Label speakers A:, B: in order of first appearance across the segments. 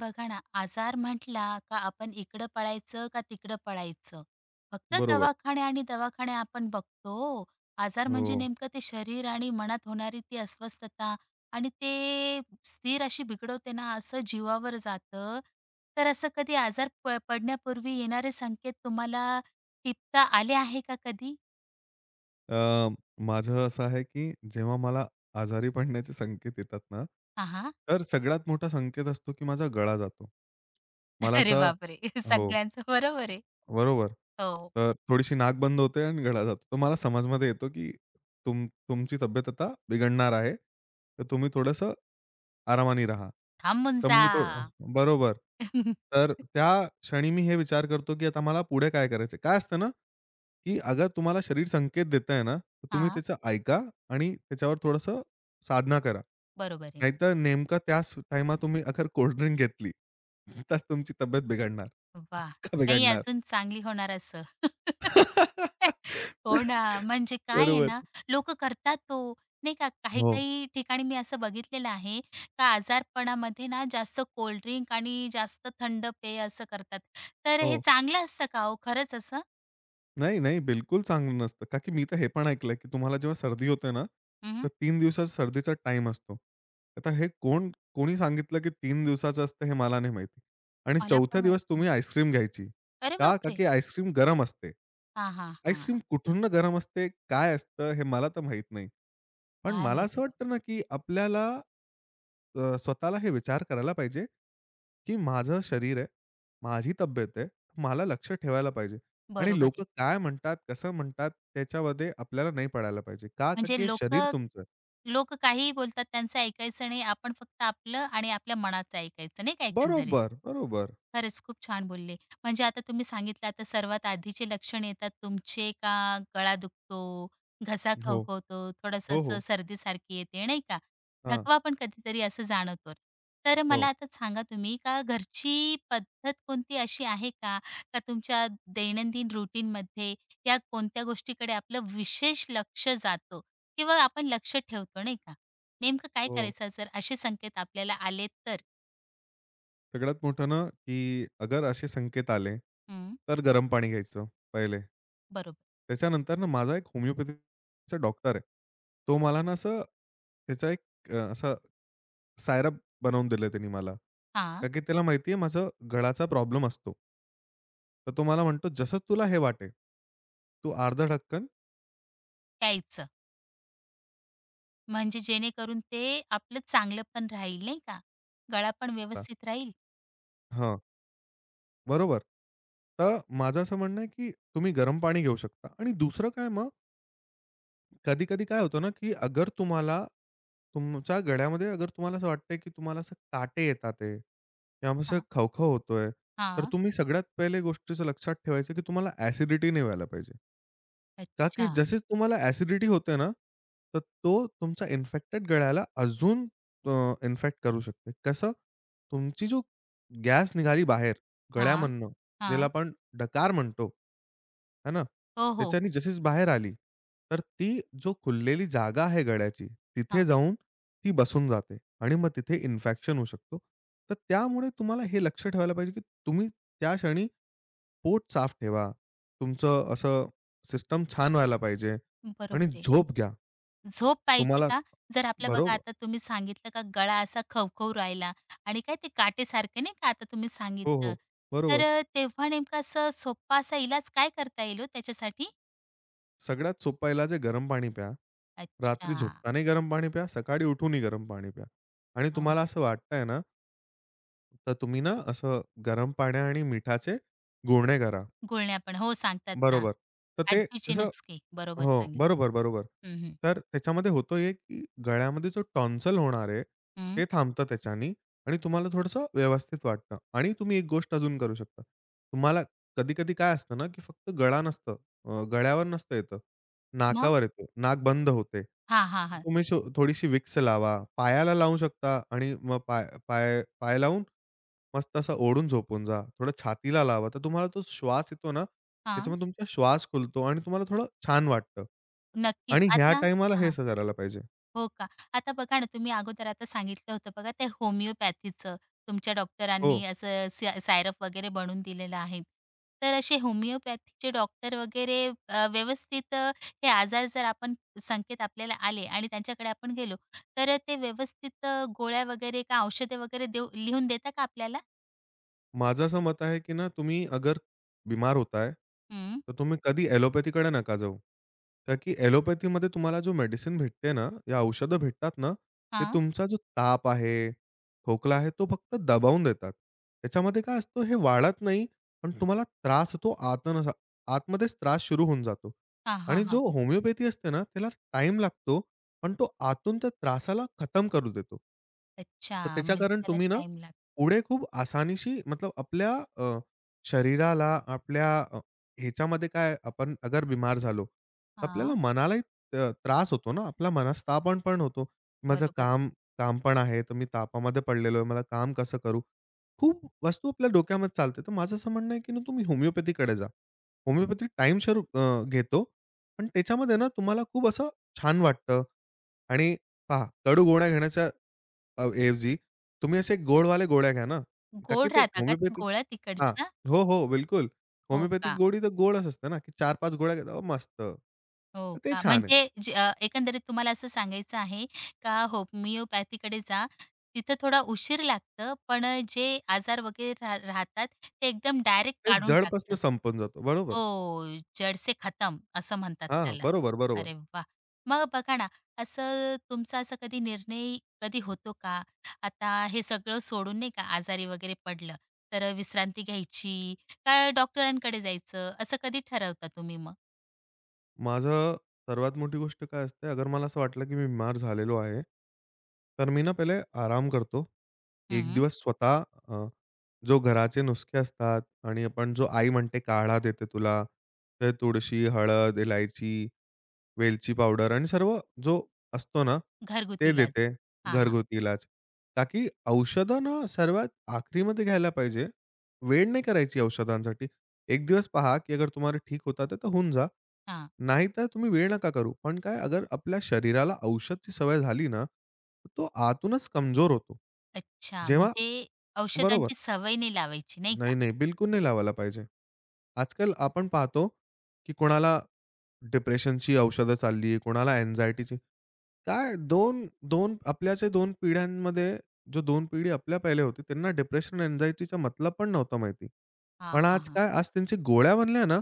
A: बघा ना, आजार म्हटला का आपण इकडं पळायचं का तिकडं पळायचं. फक्त
B: बरोबर.
A: दवाखाने आणि दवाखाने आपण बघतो. हो. आजार म्हणजे
B: हो.
A: नेमकं ते शरीर आणि मनात होणारी ती अस्वस्थता आणि ते स्थिर अशी बिघडवते ना, असं जीवावर जातं. तर असं कधी आजार पडण्यापूर्वी येणारे संकेत तुम्हाला टिपता आले आहे का कधी?
B: अ, माझं असं आहे, की जेव्हा मला आजारी पडण्याचे संकेत येतात ना,
A: हां, हां.
B: तर सगळ्यात मोठा संकेत असतो, की माझा गळा जातो. मला
A: अरे
B: असा
A: बापरे!
B: हो.
A: सगळ्यांचं बरोबर आहे.
B: बरोबर.
A: हो,
B: तर थोडीशी नाक बंद होते आणि गळा जातो. तर मला समजमध्ये येतो, की तुमची तब्येत आता बिघडणार आहे. तर तुम्ही थोडंसं आरामाने राहा.
A: थांबून
B: तर मग
A: जा.
B: मी थोडं बरोबर. तर त्या क्षणी मी हे विचार करतो, की आता मला पुढे काय करायचं आहे? काय असतं ना की अगर तुम्हाला शरीर संकेत देत आहे ना, तर तुम्ही
A: हां,
B: त्याचं ऐका आणि त्याच्यावर थोडंसं साधना करा.
A: बरोबर आहे.
B: नाहीतर नेमकं त्याच टाईमात तुम्ही अगर कोल्ड ड्रिंक घेतली, तर तुमची तब्येत बिघडणार,
A: वा,
B: का
A: नाही
B: बिघडणार?
A: अजून चांगली होणार असं. हो ना, म्हणजे काय आहे
B: बरोबर.
A: ना, लोक करतात तो. नाही का,
B: हो,
A: काही-काही ठिकाणी मी असं बघितलेलं आहे का आजारपणामध्ये ना जास्त कोल्ड ड्रिंक आणि जास्त थंड पेय असं करतात. तर हे
B: हो.
A: चांगलं असतं का हो खरंच असं?
B: नाही, नाही. बिलकुल चांगलं नसतं. का की मी तर हे पण ऐकलंय, की तुम्हाला जेव्हा सर्दी होते ना,
A: हं,
B: तर 3 दिवसाचा सर्दीचा टाईम असतो. आता हे कोण कोणी सांगितलं, की 3 दिवसाचं असतं हे मला नाही माहिती. आणि
A: मला
B: चौथ्या
A: पण
B: दिवस
A: माहिती नाही.
B: तुम्ही आईस्क्रीम घ्यायची.
A: अरे
B: का? का
A: बापरे!
B: की आईस्क्रीम गरम असते.
A: हां, हां,
B: आईस्क्रीम
A: हां.
B: कुठून गरम असते, काय असतं हे मला तर माहीत नाही. पण
A: काय
B: मला
A: माहिती
B: असं
A: बाबा.
B: वाटतं ना, की आपल्याला स्वतःला हे विचार करायला पाहिजे, की माझं शरीर आहे, माझी तब्येत आहे, मला लक्ष ठेवायला पाहिजे. आणि
A: बरोबर
B: लोकं काय म्हणतात, कसं म्हणतात, त्याच्यामध्ये आपल्याला नाही पडायला पाहिजे. का? का की
A: म्हणजे
B: हे शरीर तुमचं आहे.
A: लोकं काहीही बोलतात त्यांचं ऐकायचं नाही. आपण फक्त आपलं आणि आपल्या मनाचं ऐकायचं नाही का एकंदरीत.
B: बरोबर, बरोबर.
A: खरंच खूप छान बोलले. म्हणजे आता तुम्ही सांगितलं आता सर्वात आधीचे लक्षण येतात तुमचे का गळा दुखतो, घसा
B: हो.
A: खवखवतो, थोडंसं
B: हो,
A: असं
B: हो.
A: सर्दीसारखी येते नाही का?
B: हां.
A: थकवा पण कधीतरी असं जाणवतो. तर मला
B: हो,
A: आता सांगा तुम्ही का घरची पद्धत कोणती अशी आहे का? का तुमच्या दैनंदिन रुटीनमध्ये या कोणत्या गोष्टीकडे आपलं विशेष लक्ष जातं? किंवा आपण लक्ष ठेवतो नाही का? नेमकं काय
B: हो.
A: करायचं जर असे संकेत आपल्याला आले तर?
B: सगळ्यात मोठं ना, की अगर असे संकेत आले,
A: हं,
B: तर गरम पाणी घ्यायचं पहिले.
A: बरोबर.
B: त्याच्यानंतर ना, माझा एक होमिओपॅथीचा डॉक्टर आहे. तो मला ना, असं त्याचा एक असा सायरप बनवून दिले त्यांनी मला.
A: हां,
B: का की त्याला माहिती आहे माझा गळाचा प्रॉब्लेम असतो. तर तो मला म्हणतो, "जसं तुला हे वाटेल, तू अर्धा ढक्कन."
A: प्यायचं. म्हणजे जेणेकरून ते आपलं चांगलं पण राहील नाही का? गळा पण व्यवस्थित राहील.
B: हां, बरोबर. तर माझं असं म्हणणं आहे, की तुम्ही गरम पाणी घेऊ शकता आणि दुसरं काय मग कधी-कधी काय होतं ना, की अगर तुम्हाला तुमच्या गळ्यामध्ये अगर तुम्हाला असं वाटतंय, की तुम्हाला असं काटे येतात आहे किंवा असं
A: हां,
B: खवखव होतोय, तर
A: हां.
B: तुम्ही सगळ्यात पहिले गोष्टीचं लक्षात ठेवायचं, की तुम्हाला ॲसिडिटी नाही व्हायला पाहिजे. का की
A: अच्छा.
B: जशीच तुम्हाला ॲसिडिटी होते ना, तर तो तुमचा इन्फेक्टेड गळ्याला अजून इन्फेक्ट करू शकते. कसं? तुमची जो गॅस निघाली बाहेर
A: हां,
B: गळ्यामधनं, ज्याला
A: हां.
B: आपण डकार म्हणतो, है ना?
A: हो, हो,
B: त्याच्यानी
A: हो.
B: जशीच बाहेर आली, तर ती जो खुललेली जागा आहे गळ्याची, तिथे
A: हां,
B: जाऊन ती बसून जाते आणि मग तिथे इन्फेक्शन होऊ शकतो. तर त्यामुळे तुम्हाला हे लक्ष ठेवायला पाहिजे, की तुम्ही त्या क्षणी पोट साफ ठेवा. तुमचं असं सिस्टम छान व्हायला पाहिजे आणि
A: बरोबर आहे.
B: झोप घ्या.
A: झोप पाहिजे
B: तुम्हाला
A: का? जर आपला बघा
B: बरोबर
A: आता तुम्ही सांगितलं का गळा असा खवखवू राहिला आणि काय ते काटेसारखं नाही का आता तुम्ही
B: हो,
A: सांगितलं.
B: हो. बरोबर.
A: तर तेव्हा नेमकं असं सोप्पा असा इलाज काय करता येईल हो त्याच्यासाठी?
B: सगळ्यात सोपं इलाज आहे गरम पाणी प्या.
A: अच्छा.
B: रात्री झोपतानाही गरम पाणी प्या, सकाळी उठूनही गरम पाणी प्या. आणि
A: हो, हो.
B: तुम्हाला असं वाटतंय ना, तर तुम्ही ना असं गरम पाण्या आणि मिठाचे गुळणे करा.
A: गुळण्या पण. हो, सांगतात ना.
B: बरोबर. तर ते
A: आजीचे
B: कसं
A: नुसके. बरोबर
B: हो.
A: सांगितलं.
B: बरोबर, बरोबर.
A: हं, हं.
B: तर त्याच्यामध्ये होतं हे, की गळ्यामध्ये जो टॉन्सिल होणार आहे,
A: हं.
B: ते थांबतं त्याच्यानी आणि तुम्हाला थोडंसं व्यवस्थित वाटतं. आणि तुम्ही एक गोष्ट अजून करू शकता. तुम्हाला कधी-कधी काय असतं ना, की फक्त गळा नसतं गळ्यावर नसतं येतं.
A: मग?
B: नाकावर येतो. नाक बंद होते.
A: हां, हां, हां.
B: तुम्ही शो थोडीशी विक्स लावा. पायाला लावू शकता आणि मग पाय पाय पाय लावून मस्त असं ओढून झोपून जा. थोडं छातीला लावा, तर तुम्हाला तो श्वास येतो ना,
A: हां.
B: त्याच्यामुळे तुमचा श्वास खुलतो आणि तुम्हाला थोडं छान वाटतं.
A: नक्कीच.
B: आणि ह्या
A: आता
B: टाईमाला हे
A: हां.
B: असं करायला पाहिजे.
A: हो का? आता बघा ना, तुम्ही अगोदर आता सांगितलं होतं बघा ते होमिओपॅथीचं तुमच्या
B: हो.
A: डॉक्टरांनी असं सी सायरप वगैरे बनवून दिलेलं आहे. तर असे होमिओपॅथीचे डॉक्टर वगैरे व्यवस्थित हे आजार जर आपण संकेत आपल्याला आले आणि त्यांच्याकडे आपण गेलो, तर ते व्यवस्थित गोळ्या वगैरे का औषधे वगैरे देऊ लिहून देता का आपल्याला?
B: माझं असं मत आहे, की ना तुम्ही अगर बीमार होताय,
A: हं.
B: तर तुम्ही कधी ॲलोपॅथीकडे नका जाऊ. का की ॲलोपॅथीमध्ये तुम्हाला जो मेडिसिन भेटते ना, या औषधं भेटतात ना, ते
A: हां.
B: तुमचा जो ताप आहे, खोकला आहे, तो फक्त दबावून देतात. त्याच्यामध्ये काय असतो हे वाढत नाही, पण तुम्हाला त्रास तो आतमध्येच त्रास सुरू होऊन जातो.
A: हां, हां,
B: आणि जो
A: हां.
B: होमिओपॅथी असते ना, त्याला टाईम लागतो, पण तो आतून त्या त्रासाला खतम करू देतो. तर
A: अच्छा.
B: त्याच्या
A: म्हणजे
B: कारण
A: त्याला
B: तुम्ही ना
A: टाईम लागतो.
B: पुढे खूप आसानीशी मतलब आपल्या अ, शरीराला आपल्या ह्याच्यामध्ये काय आपण अगर बिमार झालो, तर आपल्याला
A: हां.
B: मनालाही त्रास होतो ना. आपला मनस्तापण पण होतो. माझं
A: बरोबर आहे.
B: काम काम पण आहे, तर मी तापामध्ये पडलेलो आहे. मला काम कसं करू? खूप वस्तू आपल्या डोक्यामध्ये चालते. तर माझं असं म्हणणं आहे, की ना तुम्ही होमिओपॅथीकडे जा. होमिओपॅथी टाईमशर घेतो. पण त्याच्यामध्ये ना तुम्हाला खूप असं छान वाटतं आणि पहा, कडू गोळ्या घेण्याच्या ऐवजी तुम्ही असे गोडवाले गोळ्या घ्या ना, का की
A: गोड
B: ते
A: राहता का त्या
B: होमिओपॅथी
A: गोळ्या
B: हां.
A: तिकडच्या?
B: हो, हो, बिलकुल.
A: हो
B: होमिओपॅथिक
A: का?
B: गोळी तर गोडच असते ना, की 4-5 गोळ्या घेता मस्त.
A: हो
B: तर ते
A: का?
B: छान आहे.
A: म्हणजे जे एकंदरीत तुम्हाला असं सांगायचं आहे का होमिओपॅथीकडे जा, तिथं थोडा उशीर लागतं, पण जे आजार वगैरे राहतात ते एकदम डायरेक्ट
B: ते
A: काढून
B: जडपासून
A: टाकतं.
B: संपून जातो. बरोबर.
A: हो, जड से खतम असं म्हणतात
B: हां,
A: त्याला.
B: बरोबर, बरोबर.
A: अरे वा, मग बघा ना, असं तुमचा असा कधी निर्णय कधी होतो का? आता हे सगळं सोडून नाही का आजारी वगैरे पडलं, तर विश्रांती घ्यायची का डॉक्टरांकडे जायचं असं कधी ठरवता तुम्ही मग?
B: माझं सर्वात मोठी गोष्ट काय असते, अगर मला असं वाटलं की मी बीमार झालेलो आहे, तर मी ना पहिले आराम करतो. एक दिवस स्वतः जो घराचे नुसखे असतात आणि आपण जो आई म्हणते काढा देते तुला, तर तुळशी, हळद, इलायची वेलची पावडर आणि सर्व जो असतो ना, ते
A: घरगुतीलाज.
B: देते
A: हां, हां.
B: घरगुती इलाज. ताकी की औषधं ना सर्वात आखरीमध्ये घ्यायला पाहिजे. वेळ नाही करायची औषधांसाठी. एक दिवस पहा, की अगर तुम्हाला ठीक होत आहे तर होऊन जा.
A: हां.
B: नाहीतर तुम्ही वेळ नका करू. पण काय अगर आपल्या शरीराला औषधची सवय झाली ना, तर तो आतूनच कमजोर होतो.
A: अच्छा,
B: जेव्हा
A: म्हणजे
B: बरोबर.
A: औषधांची सवय नाही लावायची नाही का?
B: नाही, नाही. बिलकुल नाही लावायला पाहिजे. आजकाल आपण पाहतो, की कोणाला डिप्रेशनची औषधं चालली आहे, कोणाला अँक्झायटीची. काय 2 आपल्याचे 2 पिढ्यांमध्ये जो 2 पिढी आपल्या पहिले होती, त्यांना डिप्रेशन, अँक्झायटीचा मतलब पण नव्हता माहिती.
A: हां,
B: पण
A: हां,
B: आज
A: हां.
B: काय, आज त्यांची गोळ्या बनल्या ना,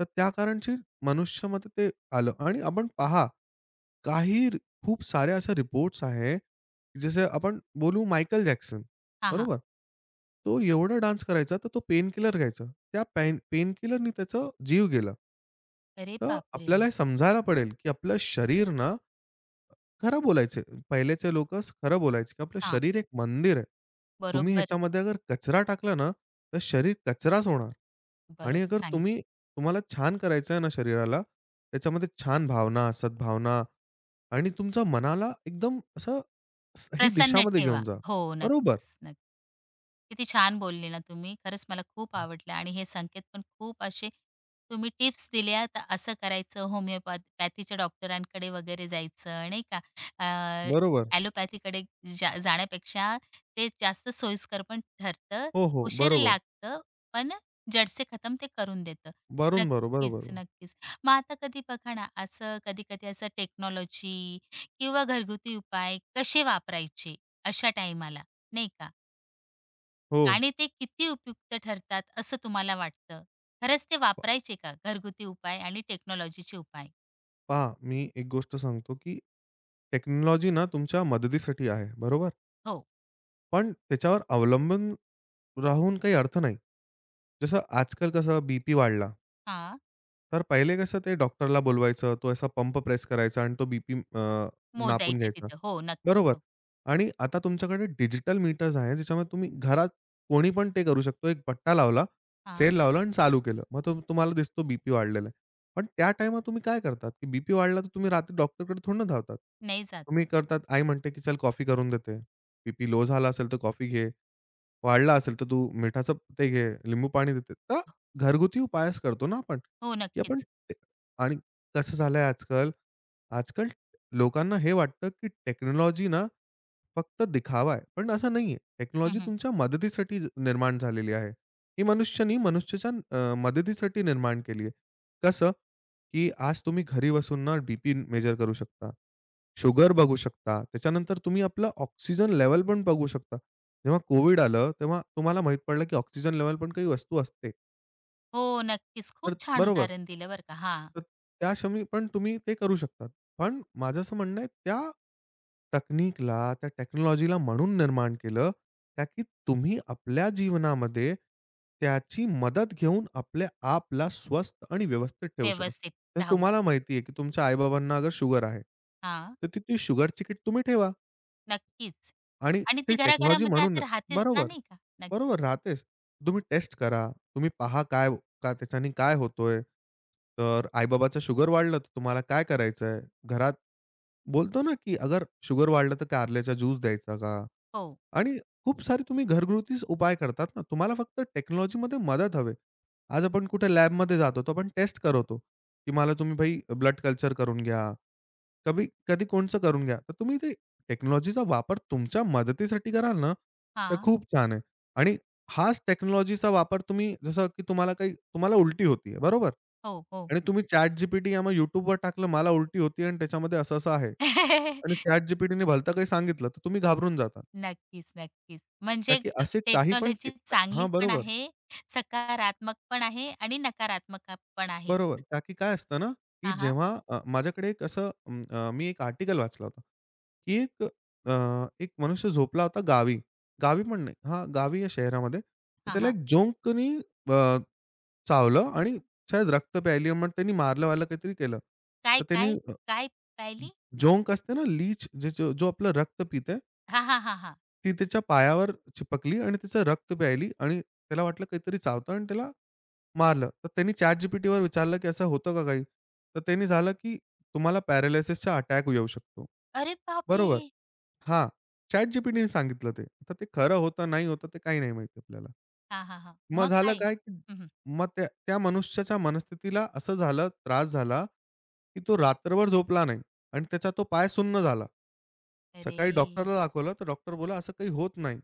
B: तर त्या कारणची मनुष्यामध्ये ते आलं. आणि आपण पहा, काही रि खूप साऱ्या अशा रिपोर्ट्स आहे, जसे आपण बोलू मायकल जॅक्सन,
A: हां, हां.
B: बरोबर? तो एवढा डान्स करायचा, तर तो पेनकिलर घ्यायचा. त्या पेनकिलरनी त्याचा जीव गेला.
A: अरे
B: तर
A: बापरे!
B: आपल्याला हे समजायला पडेल, की आपलं शरीर ना खरं बोलायचे. पहिलेचे लोकं खरं बोलायचे, की आपलं
A: हां.
B: शरीर एक मंदिर आहे. तुम्ही
A: बरोबर,
B: ह्याच्यामध्ये अगर कचरा टाकला ना, तर शरीर कचराच होणार. आणि
A: बरोबर
B: अगर
A: सांगितलं.
B: तुम्ही तुम्हाला छान करायचं आहे ना शरीराला, त्याच्यामध्ये छान भावना, सद्भावना आणि तुमच्या मनाला एकदम असं ही
A: प्रसन्न
B: दिशामध्ये घेऊन
A: ठेवा.
B: जा.
A: हो,
B: बरोबर.
A: नक्कीच, नक्कीच. किती छान बोलले ना तुम्ही. खरंच मला खूप आवडलं आणि हे संकेत पण खूप असे तुम्ही टिप्स दिल्या, तर असं करायचं होमिओपॅथीच्या डॉक्टरांकडे वगैरे जायचं नाही का? अ,
B: बरोबर.
A: ॲलोपॅथीकडे जाण्यापेक्षा ते जास्त सोयीस्कर पण ठरतं.
B: हो, हो.
A: उशीर
B: बरोबर.
A: लागतं, पण जड खतम ते करून देतं.
B: वरून बरोबर.
A: नक्कीच, नक्कीच. मग आता कधी बघा ना, असं कधी-कधी असं टेक्नॉलॉजी किंवा घरगुती उपाय कसे वापरायचे अशा टाईमाला, नाही का?
B: हो.
A: आणि ते किती उपयुक्त ठरतात असं तुम्हाला वाटतं? खरंच ते वापरायचे का घरगुती उपाय आणि टेक्नॉलॉजीचे उपाय?
B: पहा, मी एक गोष्ट सांगतो, की टेक्नॉलॉजी ना तुमच्या मदतीसाठी आहे, बरोबर?
A: हो.
B: पण त्याच्यावर अवलंबून राहून काही अर्थ नाही. जसं आजकाल कसं बी-पी वाढला.
A: हां.
B: तर पहिले कसं ते डॉक्टरला बोलवायचं. तो असा पंप प्रेस करायचा आणि तो बीपी नापून
A: मोजायचे
B: घ्यायचा.
A: तिथं. हो, नक्कीच.
B: बरोबर.
A: हो.
B: आणि आता तुमच्याकडे डिजिटल मीटर्स आहे, ज्याच्यामध्ये तुम्ही घरात कोणी पण ते करू शकतो. एक पट्टा लावला,
A: हां.
B: सेल लावला आणि चालू केलं. मग तो तुम्हाला दिसतो बीपी वाढलेला आहे. पण त्या टाईमात तुम्ही काय करतात, की बीपी वाढला तर तुम्ही रात्री डॉक्टरकडे थोडी ना धावतात.
A: नाही जात.
B: तुम्ही करतात आई म्हणते, की "चल कॉफी करून देते. बीपी लो झाला असेल तर कॉफी घे." वाढला असेल, तर तू मिठाचं ते घे, लिंबू पाणी देते. तर
A: हो.
B: घरगुती उपायच करतो ना आपण,
A: हो,
B: की आपण
A: नक्कीच.
B: ते आणि कसं झालंय आजकाल, आजकाल लोकांना हे वाटतं, की टेक्नॉलॉजी ना फक्त दिखावा आहे. पण असं नाहीये. टेक्नॉलॉजी
A: हं,
B: तुमच्या मदतीसाठी निर्माण झालेली आहे. ही मनुष्यानी मनुष्याच्या मदतीसाठी निर्माण केली आहे. कसं, की आज तुम्ही घरी बसून ना बी मेजर करू शकता. शुगर बघू शकता. त्याच्यानंतर तुम्ही आपलं ऑक्सिजन लेवल पण बघू शकता. जेव्हा कोव्हिड आलं, तेव्हा तुम्हाला माहीत पडलं, की ऑक्सिजन लेव्हल पण काही वस्तू असते.
A: हो, नक्कीच. खूप
B: तर
A: छान
B: बरोबर.
A: उदाहरण दिलं बरं का. हां.
B: तर त्या क्षमी पण तुम्ही ते करू शकतात. पण माझं असं म्हणणं आहे त्या तकनीकला, त्या टेक्नॉलॉजीला म्हणून निर्माण केलं, का की तुम्ही आपल्या जीवनामध्ये त्याची मदत घेऊन आपल्या आपला स्वस्थ आणि व्यवस्थित ठेवू शकाल.
A: व्यवस्थित
B: तर
A: राहू
B: तुम्हाला माहिती आहे, की तुमच्या आई-बाबांना अगर शुगर आहे,
A: हां,
B: तर ती ती शुगरची किट तुम्ही ठेवा.
A: नक्कीच.
B: आणि
A: आणि ती
B: ती टेक्नॉलॉजी
A: घराघरामध्ये
B: म्हणून
A: आता राहतेच ना,
B: बरोबर.
A: नाही का? नक्की.
B: बरोबर राहतेच. तुम्ही टेस्ट करा. तुम्ही पहा काय का त्याच्याने काय होतोय? तर आई-बाबाचं शुगर वाढलं, तर तुम्हाला काय करायचंय? घरात बोलतो ना, की अगर शुगर वाढलं, तर कारल्याचा ज्यूस द्यायचा का?
A: हो.
B: आणि खूप सारे तुम्ही घरगुतीच उपाय करतात ना, तुम्हाला फक्त टेक्नॉलॉजीमध्ये मदत हवे आज आपण कुठे लॅबमध्ये जातो, तर आपण टेस्ट करवतो, की मला तुम्ही भाई ब्लड कल्चर करून घ्या. कधी कोणचं करून घ्या. तर तुम्ही ते टेक्नॉलॉजीचा वापर तुमच्या मदतीसाठी कराल ना, तर
A: हां.
B: खूप छान आहे. आणि हाच टेक्नॉलॉजीचा वापर तुम्ही जसं की तुम्हाला काही तुम्हाला उलटी होती बरोबर?
A: हो, हो.
B: आणि तुम्ही ChatGPT या मग YouTubeवर टाकलं, मला उलटी होती आणि त्याच्यामध्ये असं-असं आहे. आणि ChatGPTने भलतं काही सांगितलं, तर तुम्ही घाबरून जाता.
A: नक्कीच, नक्कीच.
B: का
A: म्हणजे
B: की असे काही पण ते
A: टेक्नॉलॉजी चांगली
B: हां,
A: पण
B: बरोबर,
A: आहे, सकारात्मक पण आहे आणि नकारात्मक पण आहे.
B: बरोबर. का की काय असतं ना, की
A: हां, हां.
B: जेव्हा माझ्याकडे एक असं मी एक आर्टिकल वाचला होता, की एक अ, एक मनुष्य झोपला होता गावी. गावी पण नाही हां, गावी या शहरामध्ये. तर
A: हां,
B: त्याला
A: हां.
B: एक जोंकनी अ, चावलं आणि शायद रक्त प्यायली मग त्यांनी मारलं-वारलं काहीतरी केलं.
A: काय,
B: तर त्यांनी
A: काय, काय पाहिली?
B: जोंक असते ना लीच जे जो जो आपलं रक्त पिते,
A: हां, हां, हां, हां.
B: ती त्याच्या पायावर चिपकली आणि त्याचं रक्त प्यायली आणि त्याला वाटलं काहीतरी चावतं आणि त्याला मारलं. तर त्यांनी ChatGPTवर विचारलं, की असं होतं का काही? तर त्यांनी झालं, की तुम्हाला पॅरालिसिसचा अटॅक येऊ शकतो.
A: अरे बापरे!
B: बरोबर. हां, ChatGPTने सांगितलं ते. तर ते खरं होतं, नाही होतं ते काही नाही माहिती आपल्याला.
A: हां, हां, हां.
B: मग
A: मग
B: झालं
A: काय?
B: काय, की
A: हं,
B: मग त्या त्या मनुष्याच्या मनस्थितीला असं झालं, त्रास झाला, की तो रात्रभर झोपला नाही आणि त्याचा तो पाय सुन्न झाला.
A: अरे!
B: सकाळी डॉक्टरला दाखवलं, तर डॉक्टर बोलला, "असं काही होत नाही."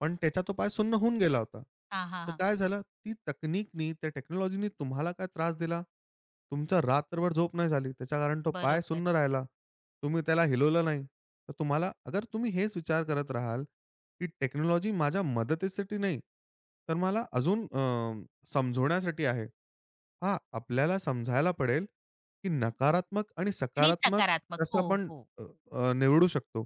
B: पण त्याचा तो पाय सुन्न होऊन गेला होता.
A: हां, हां,
B: तर
A: हां.
B: काय झालं, ती तकनीकनी, त्या टेक्नॉलॉजीनी तुम्हाला काय त्रास दिला? तुमचा रात्रभर झोप नाही झाली. त्याच्याकारण तो पाय
A: बरोबर
B: सुन्न राहिला. तुम्ही त्याला हिलवलं नाही. तर तुम्हाला अगर तुम्ही हेच विचार करत राहाल, की टेक्नॉलॉजी माझ्या मदतीसाठी नाही, तर मला अजून समजवण्यासाठी आहे. हां, आपल्याला समजायला पडेल, की नकारात्मक आणि
A: आणि
B: सकारात्मक
A: सकारात्मक.
B: कसं
A: हो,
B: आपण
A: हो.
B: अ, अ, निवडू शकतो.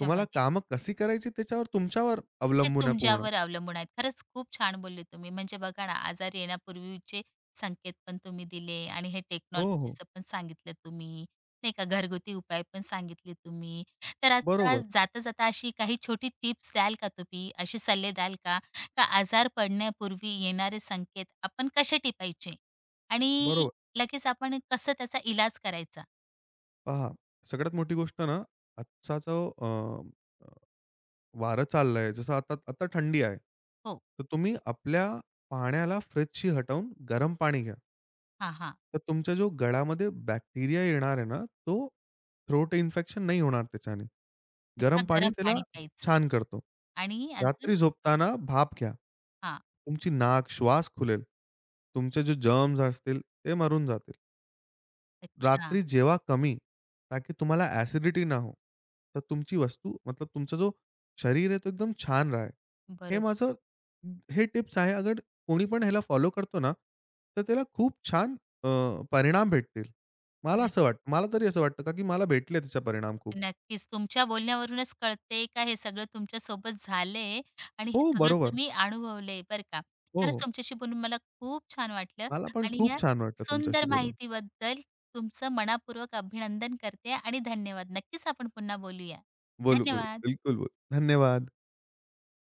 B: तुम्हाला कामं कशी करायची त्याच्यावर तुमच्यावर
A: ते
B: अवलंबून आहे पूर्ण.
A: तुमच्यावर अवलंबून आहेत. खरंच खूप छान बोलले तुम्ही. म्हणजे बघा ना, आजारी येण्यापूर्वीचे संकेत पण तुम्ही दिले आणि हे
B: हो, हो.
A: टेक्नॉलॉजीचं पण सांगितलं तुम्ही, नाही का. घरगुती उपाय पण सांगितले तुम्ही. तर आता
B: बरोबर,
A: जाता-जाता अशी काही छोटी टिप्स द्याल का तुम्ही? असे सल्ले द्याल का? का आजार पडण्यापूर्वी येणारे संकेत आपण कसे टिपायचे आणि
B: बरोबर.
A: लगेच आपण कसं त्याचा इलाज करायचा?
B: पहा, सगळ्यात मोठी गोष्ट ना, आजचा जो अ, अ, वारं चाललंय, जसं आता आता थंडी आहे.
A: हो.
B: तर तुम्ही आपल्या पाण्याला फ्रिजशी हटवून गरम पाणी घ्या.
A: हां, हां.
B: तर तुमच्या जो गळामध्ये बॅक्टेरिया येणार आहे ना, तो थ्रोट इन्फेक्शन नाही होणार त्याच्याने.
A: अच्छा,
B: गरम पाणी
A: गरम
B: त्याला
A: पाणी प्यायचं
B: छान करतो.
A: आणि अजून
B: रात्री झोपताना भाप घ्या.
A: हां.
B: तुमची नाक, श्वास खुलेल. तुमचे जे जर्म्स असतील ते मरून जातील.
A: अच्छा.
B: रात्री जेवा कमी, ताकी तुम्हाला ॲसिडिटी ना हो. तर तुमची वस्तू मतलब तुमचा जो शरीर आहे, तो एकदम छान राहे. हे
A: बरोबर.
B: माझं हे टिप्स आहे. अगर कोणी पण ह्याला फॉलो करतो ना, तर त्याला खूप छान अ, परिणाम भेटतील. मला असं वाटतं. मला तरी असं वाटतं का, की मला भेटले त्याचे परिणाम खूप.
A: नक्कीच. तुमच्या बोलण्यावरूनच कळते का हे सगळं तुमच्या सोबत झालंय आणि
B: हो,
A: हे सगळं
B: बरोबर.
A: तुम्ही अनुभवलंय बरं का.
B: हो,
A: खरंच
B: हो.
A: तुमच्याशी बोलून मला खूप छान वाटलं
B: मला पण
A: आणि
B: खूप
A: या
B: छान वाटलं तुमच्याशी
A: सुंदर
B: बोलून.
A: माहितीबद्दल तुमचं मनापूर्वक अभिनंदन करते आणि धन्यवाद. नक्कीच आपण पुन्हा बोलूया.
B: बोलू, बोलू.
A: धन्यवाद.
B: बिलकुल बोलू. धन्यवाद.